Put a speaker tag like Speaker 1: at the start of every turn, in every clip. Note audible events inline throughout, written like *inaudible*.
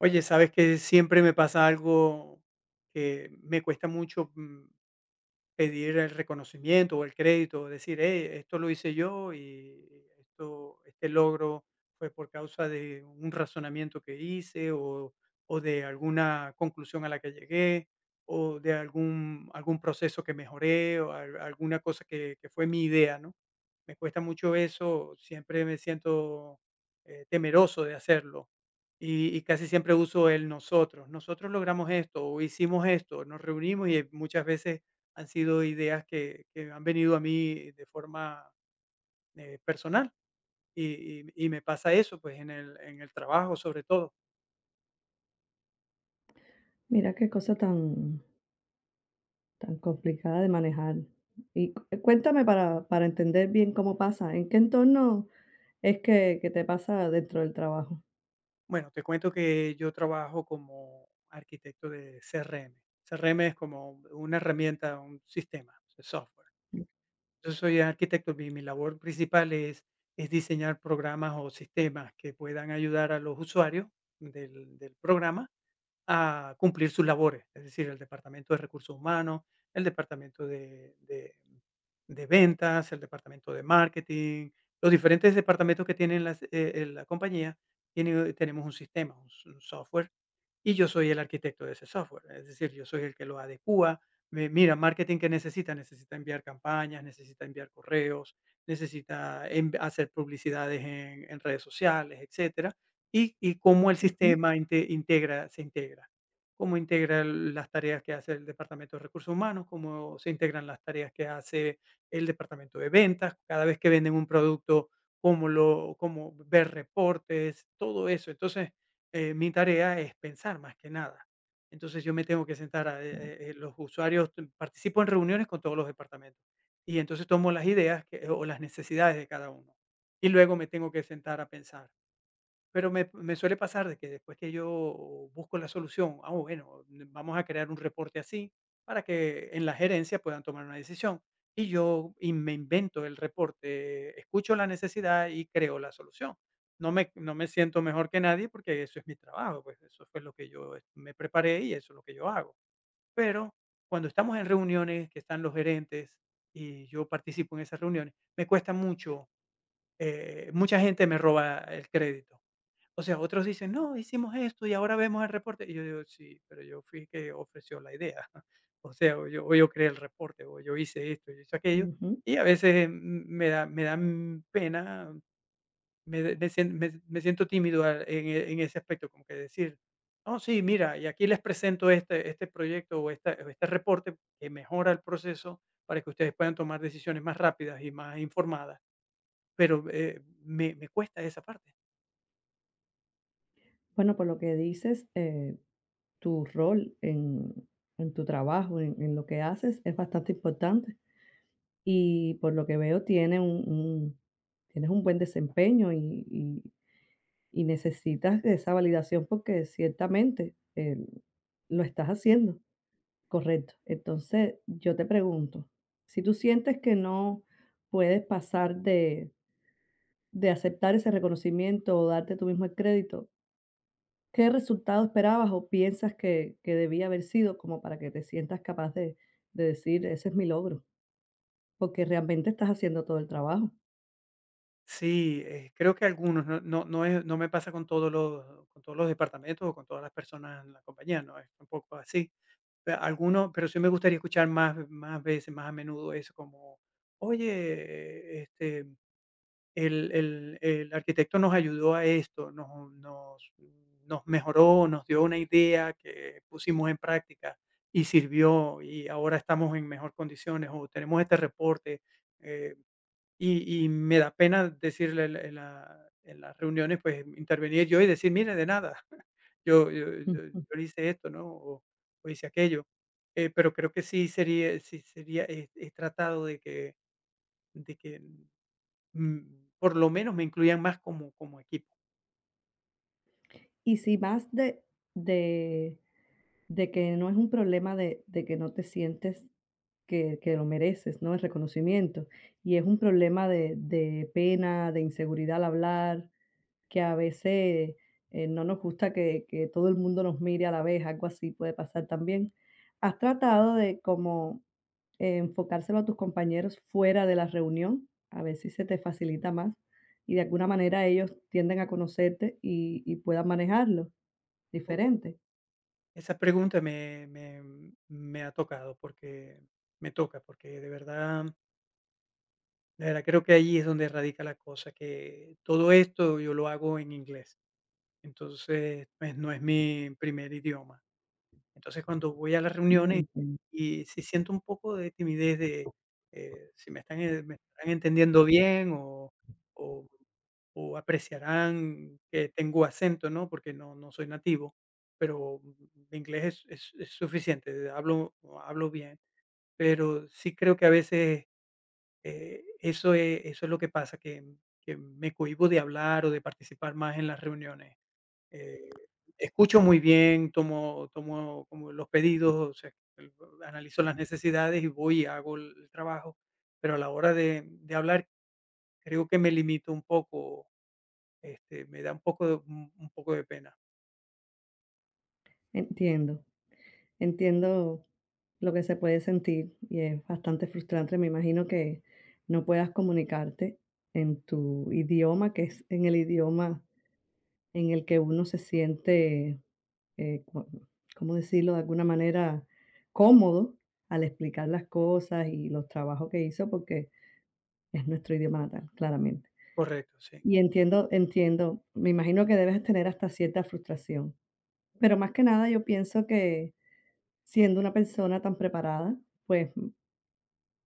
Speaker 1: Oye, sabes que siempre me pasa algo que me cuesta mucho, pedir el reconocimiento o el crédito, decir: "Hey, esto lo hice yo y esto este logro fue por causa de un razonamiento que hice o de alguna conclusión a la que llegué o de algún proceso que mejoré o al alguna cosa que fue mi idea", ¿no? Me cuesta mucho eso, siempre me siento, temeroso de hacerlo y casi siempre uso el nosotros: "Nosotros logramos esto o hicimos esto, nos reunimos", y muchas veces han sido ideas que han venido a mí de forma, personal, y me pasa eso, pues, en el trabajo, sobre todo.
Speaker 2: Mira qué cosa tan, tan complicada de manejar. Y cuéntame para entender bien cómo pasa, en qué entorno es que te pasa dentro del trabajo.
Speaker 1: Bueno, te cuento que yo trabajo como arquitecto de CRM. CRM es como una herramienta, un sistema, es software. Yo soy arquitecto, y mi labor principal es diseñar programas o sistemas que puedan ayudar a los usuarios del programa a cumplir sus labores, es decir, el departamento de recursos humanos, el departamento de, de ventas, el departamento de marketing, los diferentes departamentos que la compañía, tenemos un sistema, un software y yo soy el arquitecto de ese software. Es decir, yo soy el que lo adecua. Mira, marketing que necesita, necesita enviar campañas, necesita enviar correos, hacer publicidades en redes sociales, etcétera, y cómo el
Speaker 2: Ujú,
Speaker 1: sistema integra se integra, cómo integra las tareas que hace el departamento de recursos humanos, cómo se integran las tareas que hace el departamento de ventas, cada vez que venden un producto, cómo ver reportes, todo eso. Entonces, mi tarea es pensar más que nada. Entonces, yo me tengo que sentar a los usuarios, participo en reuniones con todos los departamentos y entonces tomo las ideas que o las necesidades de cada uno, y luego me tengo que sentar a pensar. Pero me suele pasar de que después que yo busco la solución, ah, bueno, vamos a crear un reporte así para que en la gerencia puedan tomar una decisión. Y me invento el reporte, escucho la necesidad y creo la solución. No me siento mejor que nadie porque eso es mi trabajo, pues eso fue lo que yo me preparé y eso es lo que yo hago. Pero cuando estamos en reuniones que están los gerentes y yo participo en esas reuniones, me cuesta mucho, mucha gente me roba el crédito. O sea, otros dicen: "No, hicimos esto y ahora vemos el reporte". Y yo digo: "Sí, pero yo fui que ofreció la idea". *laughs* O sea, o yo creé el reporte, o yo hice esto, yo hice aquello.
Speaker 2: ujú.
Speaker 1: Y a veces m me da pena, me de me sien me me siento tímido a en e en ese aspecto, como que decir: "No, sí, mira, y aquí les presento este proyecto o esta o este reporte que mejora el proceso para que ustedes puedan tomar decisiones más rápidas y más informadas". Pero, me cuesta esa parte.
Speaker 2: Bueno, por lo que dices, tu rol en tu trabajo, en lo que haces, es bastante importante. Y por lo que veo, tiene un- tienes un buen desempeño y necesitas de esa validación porque ciertamente lo estás haciendo. Correcto. Entonces, yo te pregunto, si tú sientes que no puedes pasar de aceptar ese reconocimiento o darte tú mismo el crédito, ¿qué resultado esperabas o piensas que debía haber sido como para que te sientas capaz de decir, ese es mi logro? Porque realmente estás haciendo todo el trabajo.
Speaker 1: Sí, creo que algunos, no me pasa con todos los departamentos o con todas las personas en la compañía, no es tampoco así. Pe Algunos, pero sí me gustaría escuchar más veces, más a menudo eso como: "Oye, este, el arquitecto nos ayudó a esto, nos mejoró, nos dio una idea que pusimos en práctica y sirvió, y ahora estamos en mejor condiciones, o tenemos este reporte". Eh y me da pena decirle el en la en las reuniones, pues, intervenir yo y decir: "Mire, de nada, *laughs* yo yo yo
Speaker 2: Ujú.
Speaker 1: yo hice esto", ¿no? O hice aquello. Pero creo que sí sería, he tratado de que, por lo menos me incluyan más como como equipo.
Speaker 2: Y si más de, de que no es un problema de que no te sientes que lo mereces, ¿no? El reconocimiento. Y es un problema de pena, de inseguridad al hablar, que a veces, no nos gusta que todo el mundo nos mire a la vez, algo así puede pasar también. ¿Has tratado de como enfocárselo a tus compañeros fuera de la reunión? A ver si se te facilita más, y de alguna manera ellos tienden a conocerte y puedan manejarlo
Speaker 1: O
Speaker 2: diferente.
Speaker 1: Esa pregunta me ha tocado porque me toca, porque de verdad creo que allí es donde radica la cosa, que todo esto yo lo hago en inglés. Entonces, pues, no es mi primer idioma. Entonces,
Speaker 2: Mm, entiendo.
Speaker 1: y sí siento un poco de timidez de, si me están me estarán entendiendo bien o o apreciarán que tengo acento, ¿no? Porque no soy nativo, pero mi inglés es suficiente, hablo bien, pero sí creo que a veces, eso es lo que pasa, que me cohíbo de hablar o de participar más en las reuniones. Eh, Escucho muy bien, tomo como los pedidos, o sea, el analizo las necesidades y voy y hago el trabajo, pero a la hora de hablar creo que me limito un poco, este, me da un poco de un poco de pena.
Speaker 2: Entiendo, entiendo. Lo que se puede sentir y es bastante frustrante. Me imagino que no puedas comunicarte en tu idioma, que es en el idioma en el que uno se siente, co- ¿cómo decirlo? De alguna manera cómodo al explicar las cosas y los trabajos que hizo, porque es nuestro idioma natal, claramente.
Speaker 1: Correcto, sí.
Speaker 2: Y entiendo, entiendo, me imagino que debes tener hasta cierta frustración, pero más que nada yo pienso que siendo una persona tan preparada, pues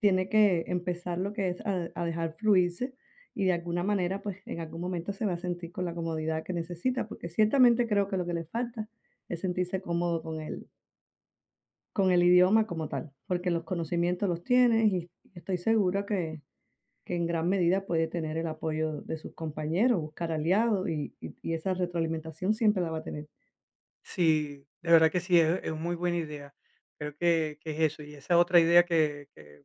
Speaker 2: tiene que empezar lo que es a dejar fluirse y de alguna manera, pues, en algún momento se va a sentir con la comodidad que necesita, porque ciertamente creo que lo que le falta es sentirse cómodo con el idioma como tal, porque los conocimientos los tiene y estoy segura que en gran medida puede tener el apoyo de sus compañeros, buscar aliados y y esa retroalimentación siempre la va a tener,
Speaker 1: Sí, de verdad que sí, es muy buena idea. Creo que es eso, y esa otra idea que que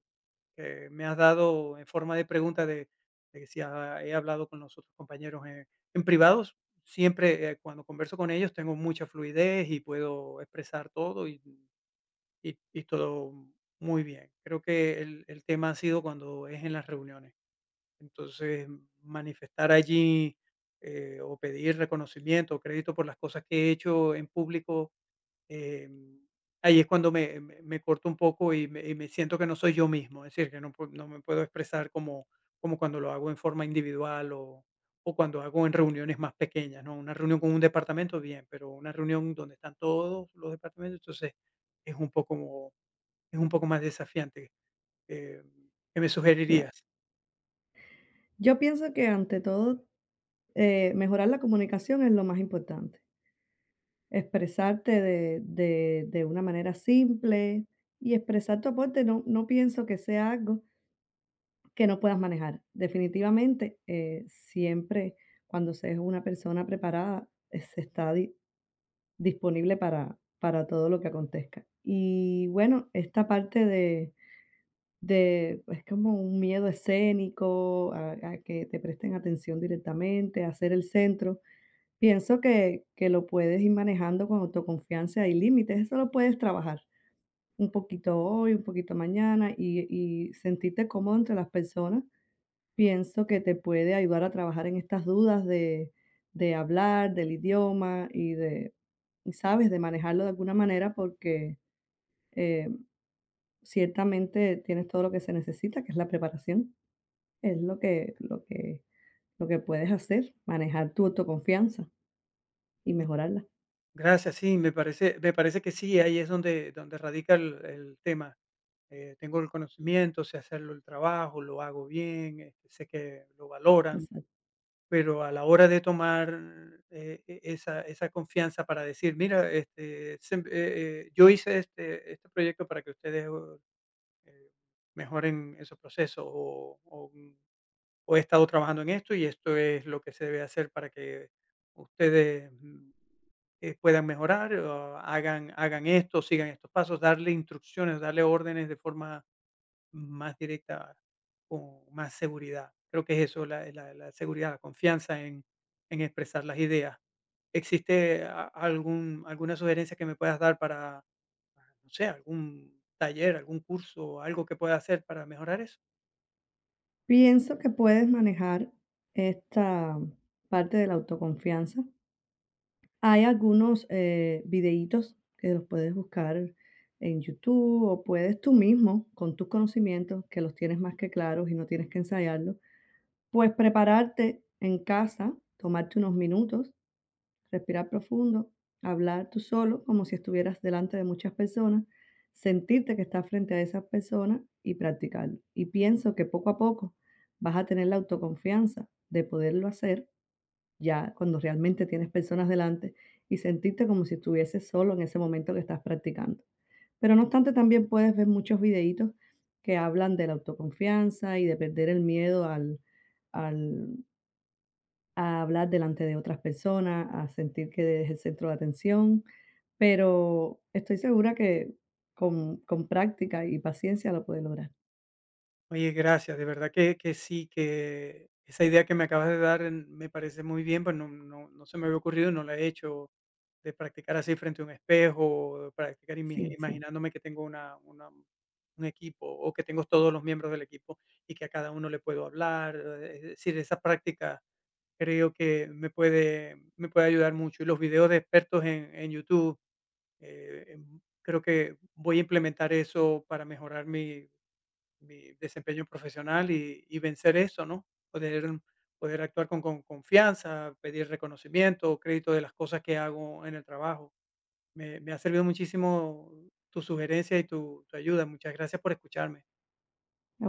Speaker 1: que me has dado en forma de pregunta de que si he hablado con los otros compañeros en privados. Siempre, cuando converso con ellos tengo mucha fluidez y puedo expresar todo y, y todo muy bien. Creo que el tema ha sido cuando es en las reuniones. Entonces, manifestar allí, o pedir reconocimiento o crédito por las cosas que he hecho en público. Em, Ahí es cuando me corto un poco y me siento que no soy yo mismo, es decir, que no pue no me puedo expresar como como cuando lo hago en forma individual o cuando hago en reuniones más pequeñas, ¿no? Una reunión con un departamento, bien, pero una reunión donde están todos los departamentos, entonces es un poco es un poco más desafiante, em, ¿qué me
Speaker 2: claro.
Speaker 1: sugerirías?
Speaker 2: Yo pienso que ante todo, mejorar la comunicación es lo más importante. Expresarte de una manera simple y expresar tu aporte, no pienso que sea algo que no puedas manejar. Definitivamente, siempre cuando se es una persona preparada, se está di disponible para todo lo que acontezca. Y bueno, esta parte de es como un miedo escénico a que te presten atención directamente, a ser el centro. Pienso que lo puedes ir manejando con autoconfianza y límites, eso lo puedes trabajar, un poquito hoy, un poquito mañana, y sentirte cómodo entre las personas, pienso que te puede ayudar a trabajar en estas dudas de hablar, del idioma y de, y ¿sabes?, de manejarlo de alguna manera porque, eh, ciertamente tienes todo lo que se necesita, que es la preparación, es lo que lo que lo que puedes hacer, manejar tu autoconfianza y mejorarla.
Speaker 1: Gracias, sí, me parece que sí, ahí es donde radica el tema. Tengo el conocimiento, sé hacerlo el trabajo, lo hago bien, este, sé que lo valoran, pero a la hora de tomar, esa confianza para decir: "Mira, este, sem yo hice este proyecto para que ustedes, eh, mejoren esos procesos", o he estado trabajando en esto y esto es lo que se debe hacer para que ustedes, puedan mejorar, o hagan esto, sigan estos pasos, darle instrucciones, darle órdenes de forma más directa, con más seguridad. Creo que es eso, la seguridad, la confianza en expresar las ideas. ¿Existe a algún, alguna sugerencia que me puedas dar para, no sé, algún taller, algún curso, algo que pueda hacer para mejorar eso?
Speaker 2: Pienso que puedes manejar esta parte de la autoconfianza. Hay algunos, videítos que los puedes buscar en YouTube o puedes tú mismo, con tus conocimientos, que los tienes más que claros y no tienes que ensayarlos, pues prepararte en casa, tomarte unos minutos respirar profundo, hablar tú solo como si estuvieras delante de muchas personas, sentirte que estás frente a esas personas y practicarlo. Y pienso que poco a poco vas a tener la autoconfianza de poderlo hacer ya cuando realmente tienes personas delante y sentirte como si estuvieses solo en ese momento que estás practicando. Pero no obstante, también puedes ver muchos videitos que hablan de la autoconfianza y de perder el miedo al, al a hablar delante de otras personas, a sentir que es el centro de atención, pero estoy segura que con práctica y paciencia lo puede lograr.
Speaker 1: Oye, gracias, de verdad que sí, que esa idea que me acabas de dar me parece muy bien, pues no no no se me había ocurrido, no la he hecho, de practicar así frente a un espejo, o de practicar imi
Speaker 2: Sí, sí.
Speaker 1: imaginándome que tengo una un equipo o que tengo todos los miembros del equipo y que a cada uno le puedo hablar, es decir, esa práctica creo que me puede ayudar mucho. Y los videos de expertos en YouTube, creo que voy a implementar eso para mejorar mi desempeño profesional y vencer eso, ¿no? Poder, poder actuar con confianza, pedir reconocimiento, crédito de las cosas que hago en el trabajo. Me ha servido muchísimo tu sugerencia y tu ayuda. Muchas gracias por escucharme.